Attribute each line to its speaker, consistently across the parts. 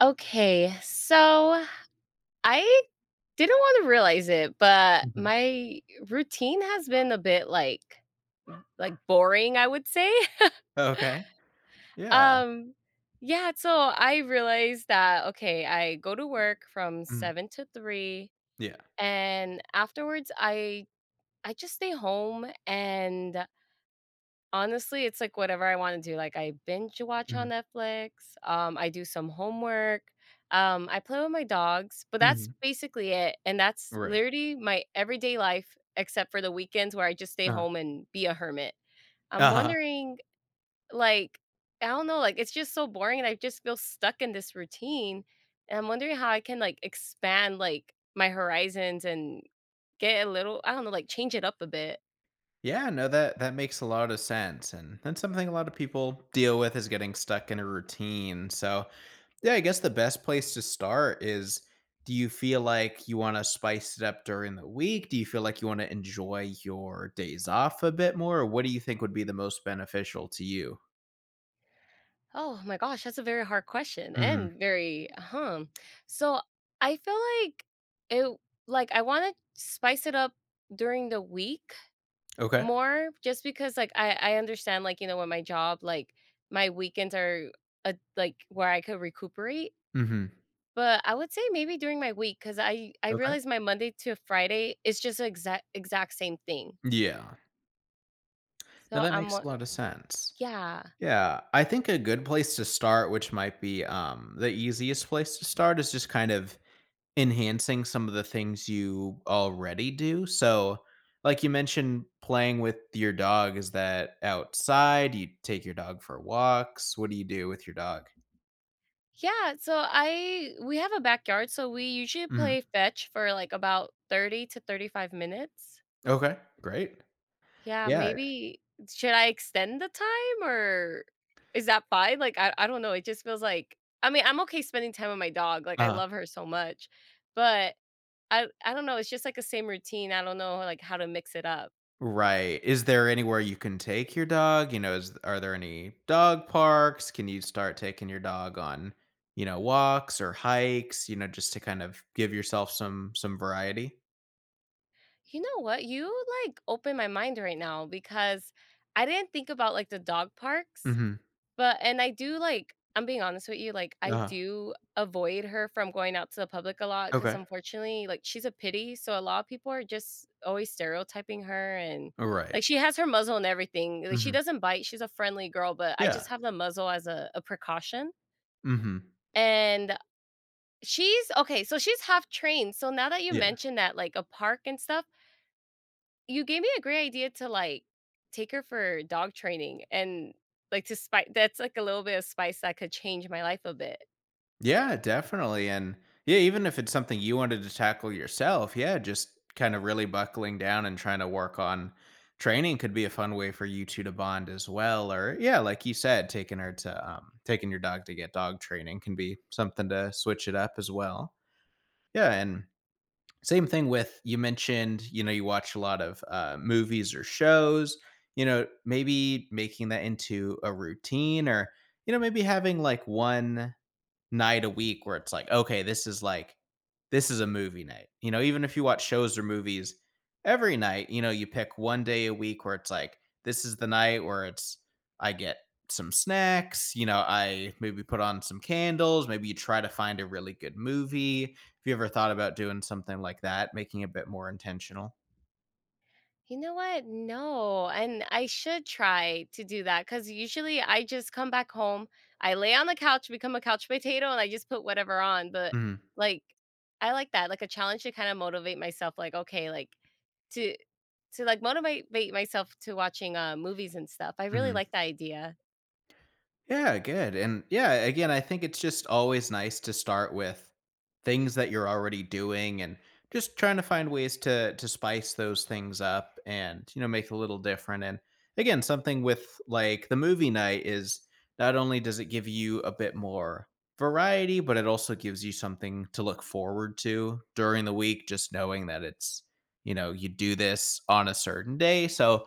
Speaker 1: Okay, so I didn't want to realize it, but
Speaker 2: Mhm.
Speaker 1: my routine has been a bit like boring, I would say.
Speaker 2: Okay. Yeah.
Speaker 1: Um yeah, so I realized that okay, I go to work from
Speaker 2: Mhm.
Speaker 1: 7 to 3,
Speaker 2: Yeah.
Speaker 1: and afterwards I just stay home and honestly, it's like whatever I wanna do, like, I binge watch on
Speaker 2: Mhm.
Speaker 1: Netflix, I do some homework, I play with my dogs, but that's
Speaker 2: Mhm.
Speaker 1: basically it, and that's
Speaker 2: Right.
Speaker 1: literally my everyday life except for the weekends where I just stay
Speaker 2: uh
Speaker 1: home and be a hermit. I'm
Speaker 2: uh
Speaker 1: wondering, like, I don't know, like, it's just so boring and I just feel stuck in this routine, and I'm wondering how I can, like, expand, like, my horizons and get a little, I don't know, like, change it up a bit.
Speaker 2: Yeah, no, that makes a lot of sense, and that's something a lot of people deal with is getting stuck in a routine. So, yeah, I guess the best place to start is do you feel like you wanna spice it up during the week? Do you feel like you wanna enjoy your days off a bit more? Or what do you think would be the most beneficial to you?
Speaker 1: Oh my gosh, that's a very hard question
Speaker 2: Mhm.
Speaker 1: and very huh. So I feel like it like I want to spice it up during the week
Speaker 2: Okay.
Speaker 1: more just because like I understand like you know when my job like my weekends are a, like where I could recuperate,
Speaker 2: Mhm.
Speaker 1: but I would say maybe during my week cuz I
Speaker 2: Okay.
Speaker 1: realize my Monday to Friday is just the exact same thing.
Speaker 2: Yeah. Now
Speaker 1: So
Speaker 2: that
Speaker 1: I'm
Speaker 2: makes a
Speaker 1: wa-
Speaker 2: lot of sense.
Speaker 1: yeah.
Speaker 2: Yeah, I think a good place to start, which might be the easiest place to start, is just kind of enhancing some of the things you already do. So, like you mentioned, playing with your dog, is that outside? You take your dog for walks? What do you do with your dog?
Speaker 1: Yeah, so I we have a backyard, so we usually
Speaker 2: Mhm.
Speaker 1: play fetch for, like, about 30 to 35 minutes.
Speaker 2: Okay, great.
Speaker 1: Yeah,
Speaker 2: Yeah.
Speaker 1: maybe should I extend the time or is that fine? Like, I don't know, it just feels like I mean, I'm okay spending time with my dog, like, I
Speaker 2: Uh
Speaker 1: love her so much, but I don't know, it's just, like, a same routine, I don't know, like, how to mix it up.
Speaker 2: Right. Is there anywhere you can take your dog? You know, is are there any dog parks? Can you start taking your dog on, walks or hikes, just to kind of give yourself some variety?
Speaker 1: You know what? You, like, open my mind right now because I didn't think about, like, the dog parks.
Speaker 2: Mhm.
Speaker 1: But and I do, like, I'm being honest with you, like, I
Speaker 2: Uh-huh.
Speaker 1: do avoid her from going out to the public a lot because
Speaker 2: Okay.
Speaker 1: unfortunately, like, she's a pity, so a lot of people are just always stereotyping her and
Speaker 2: Right.
Speaker 1: like, she has her muzzle and everything, like, she
Speaker 2: Mhm.
Speaker 1: doesn't bite, she's a friendly girl, but I
Speaker 2: Yeah.
Speaker 1: just have the muzzle as a precaution,
Speaker 2: Mhm.
Speaker 1: and she's okay, so she's half trained, so now that you
Speaker 2: Yeah.
Speaker 1: mentioned that, like, a park and stuff, you gave me a great idea to, like, take her for dog training and, like, to spice. That's, like, a little bit of spice that could change my life a bit.
Speaker 2: Yeah, definitely. And yeah, even if it's something you wanted to tackle yourself, yeah, just kind of really buckling down and trying to work on training could be a fun way for you two to bond as well. Or yeah, like you said, taking your dog to get dog training can be something to switch it up as well. Yeah, and same thing with you mentioned, you know, you watch a lot of movies or shows, you know, maybe making that into a routine or you know, maybe having like one night a week where it's like, okay, this is a movie night. You know, even if you watch shows or movies every night, you know, you pick one day a week where it's like, this is the night where it's I get some snacks, you know, I maybe put on some candles, maybe you try to find a really good movie. Have you ever thought about doing something like that, making it a bit more intentional?
Speaker 1: You know what? No, and I should try to do that because usually I just come back home, I lay on the couch, become a couch potato, and I just put whatever on, but,
Speaker 2: Mhm.
Speaker 1: like, I like that, like, a challenge to kinda motivate myself, like, okay, like, to like, motivate myself to watching, movies and stuff. I really
Speaker 2: Mhm.
Speaker 1: like that idea.
Speaker 2: Yeah, good. And yeah, again, I think it's just always nice to start with things that you're already doing and just trying to find ways to spice those things up and, you know, make it a little different. And again, something with like the movie night is not only does it give you a bit more variety, but it also gives you something to look forward to during the week, just knowing that it's, you know, you do this on a certain day. So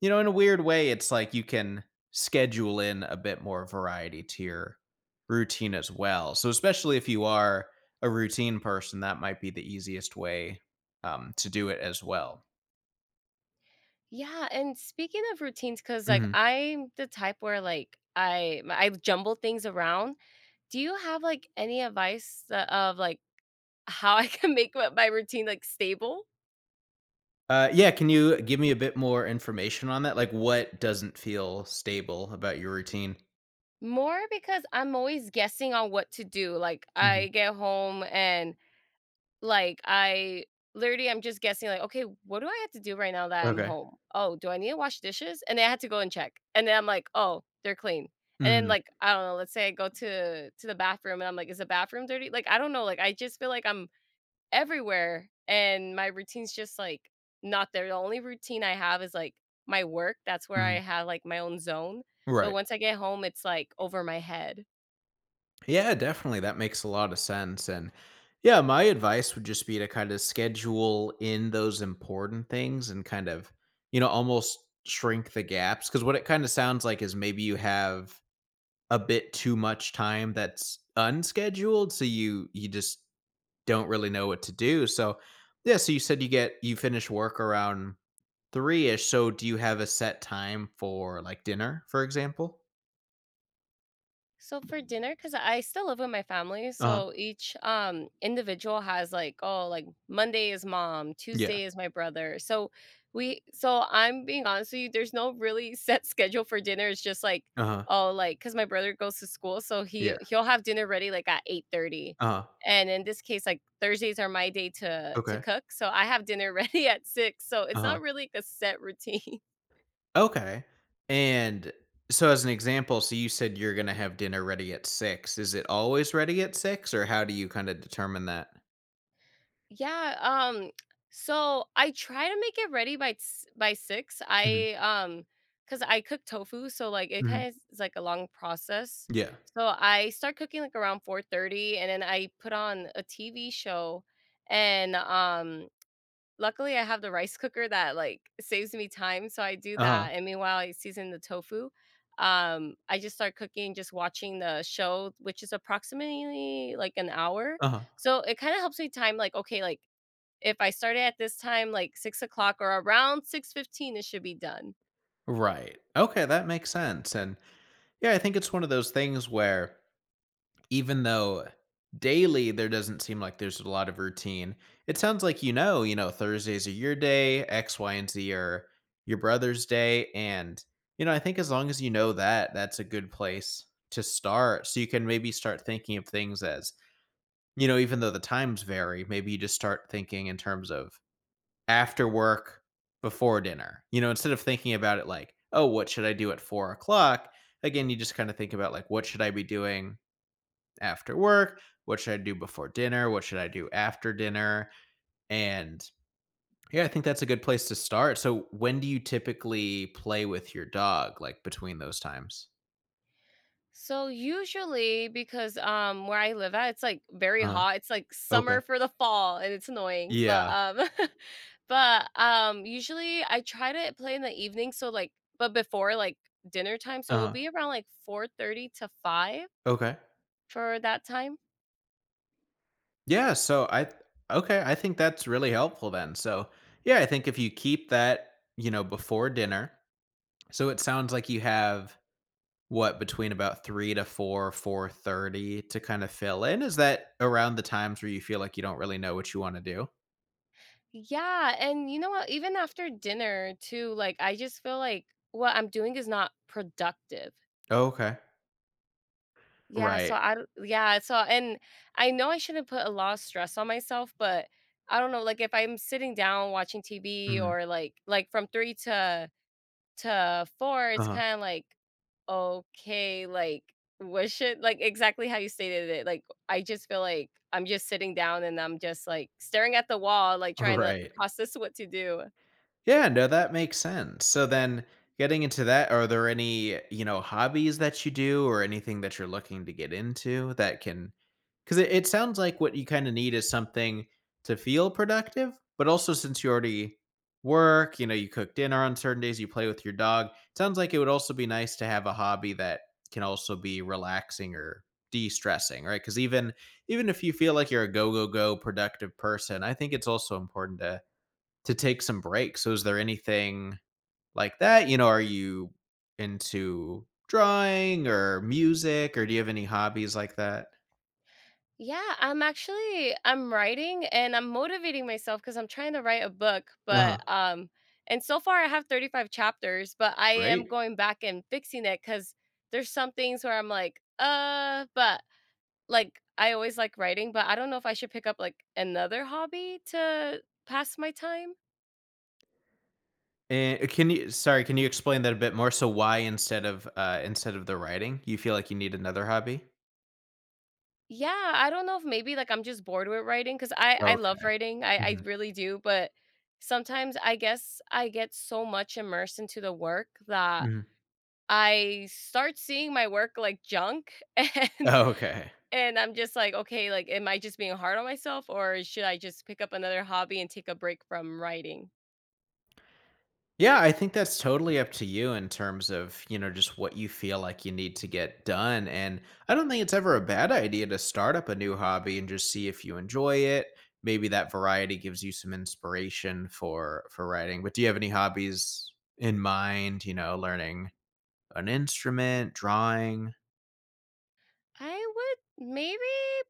Speaker 2: you know, in a weird way, it's like you can schedule in a bit more variety to your routine as well. So, especially if you are a routine person, that might be the easiest way to do it as well.
Speaker 1: Yeah, and speaking of routines, because like,
Speaker 2: Mhm.
Speaker 1: I'm the type where, like, I jumble things around. Do you have, like, any advice that of, like, how I can make my routine, like, stable?
Speaker 2: Yeah, can you give me a bit more information on that? Like, what doesn't feel stable about your routine?
Speaker 1: More because I'm always guessing on what to do, like, I
Speaker 2: Mhm.
Speaker 1: get home and like, I literally I'm just guessing like, "Okay, what do I have to do right now that I'm
Speaker 2: Okay.
Speaker 1: home? Oh, do I need to wash dishes?" And then I had to go and check, and then I'm like, "Oh, they're clean." And then,
Speaker 2: Hmm.
Speaker 1: like, I don't know, let's say I go to the bathroom, and I'm like, "Is the bathroom dirty?" Like, I don't know, like, I just feel like I'm everywhere, and my routine's just, like, not there. The only routine I have is, like, my work, that's where I
Speaker 2: Hmm.
Speaker 1: have, like, my own zone, but
Speaker 2: Right.
Speaker 1: once I get home, it's, like, over my head.
Speaker 2: Yeah, definitely. That makes a lot of sense. And yeah, my advice would just be to kind of schedule in those important things and kind of, you know, almost shrink the gaps. Cause what it kind of sounds like is maybe you have a bit too much time that's unscheduled. So you just don't really know what to do. So yeah, so you said you finish work around three ish. So do you have a set time for like dinner, for example?
Speaker 1: So for dinner, because I still live with my family,
Speaker 2: Uh huh.
Speaker 1: so each individual has like, oh, like Monday is mom,
Speaker 2: Yeah.
Speaker 1: Tuesday is my brother. So I'm being honest with you, there's no really set schedule for dinner. It's just like,
Speaker 2: Uh huh.
Speaker 1: oh, like because my brother goes to school, so he
Speaker 2: Yeah.
Speaker 1: he'll have dinner ready like at 8:30,
Speaker 2: Uh huh.
Speaker 1: and in this case, like Thursdays are my day to
Speaker 2: Okay.
Speaker 1: cook, so I have dinner ready at six. So
Speaker 2: Uh
Speaker 1: it's
Speaker 2: huh.
Speaker 1: not really like a set routine.
Speaker 2: Okay. And so as an example, so you said you're gonna have dinner ready at 6. Is it always ready at 6, or how do you kinda determine that?
Speaker 1: Yeah, so I try to make it ready by 6.
Speaker 2: Mhm,
Speaker 1: Cause I cook tofu, so, like, it
Speaker 2: mhm.
Speaker 1: kinda is like a long process.
Speaker 2: Yeah.
Speaker 1: So I start cooking, like, around 4:30, and then I put on a TV show, and, luckily, I have the rice cooker that, like, saves me time, so I do
Speaker 2: Uh-huh,
Speaker 1: that, and meanwhile, I season the tofu. I just start cooking, just watching the show, which is approximately, like, an hour.
Speaker 2: uh-huh.
Speaker 1: So it kinda helps me time, like, okay, like if I started at this time, like 6 o'clock or around 6:15, it should be done.
Speaker 2: Right. Okay, that makes sense, and, yeah, I think it's one of those things where even though daily there doesn't seem like there's a lot of routine, it sounds like you know, Thursdays are your day, X, Y, and Z are your brother's day. And, you know, I think as long as you know that, that's a good place to start. So you can maybe start thinking of things as, you know, even though the times vary, maybe you just start thinking in terms of after work, before dinner. You know, instead of thinking about it like, oh, what should I do at 4 o'clock? Again, you just kind of think about like, what should I be doing after work? What should I do before dinner? What should I do after dinner? And yeah, I think that's a good place to start. So, when do you typically play with your dog, like between those times?
Speaker 1: So usually, because where I live at, it's like very
Speaker 2: Uh,
Speaker 1: hot. It's like summer
Speaker 2: okay.
Speaker 1: for the fall, and it's annoying. But
Speaker 2: Yeah.
Speaker 1: but usually I try to play in the evening. So like, but before like dinner time, so it'll
Speaker 2: Uh,
Speaker 1: be around like 4:30 to five
Speaker 2: okay.
Speaker 1: for that time.
Speaker 2: Yeah. Okay. I think that's really helpful then. So yeah, I think if you keep that, you know, before dinner, so it sounds like you have what, between about 3 to 4, 4:30 to kind of fill in? Is that around the times where you feel like you don't really know what you wanna do?
Speaker 1: Yeah, and you know what? Even after dinner too, like I just feel like what I'm doing is not productive.
Speaker 2: Oh, okay.
Speaker 1: Yeah, so
Speaker 2: Right.
Speaker 1: I don't yeah, so and I know I shouldn't put a lot of stress on myself, but I don't know, like if I'm sitting down watching TV
Speaker 2: Mhm.
Speaker 1: or like from 3 to 4, it's
Speaker 2: Uh-huh.
Speaker 1: kind of like okay, like what should like exactly how you stated it. Like I just feel like I'm just sitting down and I'm just like staring at the wall, like trying to
Speaker 2: Right.
Speaker 1: process what to do.
Speaker 2: Yeah, no, that makes sense. So then getting into that, are there any, you know, hobbies that you do or anything that you're looking to get into that can because it sounds like what you kind of need is something to feel productive, but also since you already work, you know, you cook dinner on certain days, you play with your dog. Sounds like it would also be nice to have a hobby that can also be relaxing or de-stressing, right? Because even if you feel like you're a go go go productive person, I think it's also important to take some breaks. So is there anything like that? You know, are you into drawing or music, or do you have any hobbies like that?
Speaker 1: Yeah, I'm writing and I'm motivating myself because I'm trying to write a book, but
Speaker 2: Uh-huh.
Speaker 1: and so far I have 35 chapters, but I
Speaker 2: Great.
Speaker 1: am going back and fixing it cuz there's some things where I'm like, but like I always like writing, but I don't know if I should pick up like another hobby to pass my time.
Speaker 2: And can you explain that a bit more? So why instead of the writing, you feel like you need another hobby?
Speaker 1: Yeah, I don't know if maybe like I'm just bored with writing cuz I love
Speaker 2: Okay.
Speaker 1: writing. I
Speaker 2: Mhm.
Speaker 1: really do, but sometimes I guess I get so much immersed into the work that
Speaker 2: Mhm.
Speaker 1: I start seeing my work like junk and
Speaker 2: Oh, okay.
Speaker 1: I'm just like, "Okay, like am I just being hard on myself or should I just pick up another hobby and take a break from writing?"
Speaker 2: Yeah, I think that's totally up to you in terms of, you know, just what you feel like you need to get done. And I don't think it's ever a bad idea to start up a new hobby and just see if you enjoy it. Maybe that variety gives you some inspiration for writing. But do you have any hobbies in mind, you know, learning an instrument, drawing?
Speaker 1: I would maybe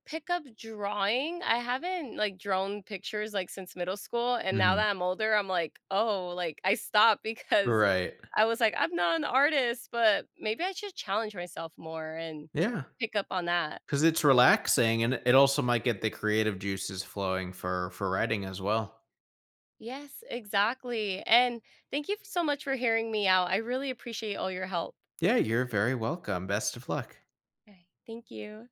Speaker 1: pick up drawing. I haven't like drawn pictures like since middle school and now
Speaker 2: Mhm.
Speaker 1: that I'm older, I'm like, "Oh, like I stopped because
Speaker 2: Right.
Speaker 1: I was like, I'm not an artist, but maybe I should challenge myself more and
Speaker 2: Yeah.
Speaker 1: pick up on that."
Speaker 2: Cuz it's relaxing and it also might get the creative juices flowing for writing as well.
Speaker 1: Yes, exactly. And thank you so much for hearing me out. I really appreciate all your help.
Speaker 2: Yeah, you're very welcome. Best of luck.
Speaker 1: Okay. Thank you.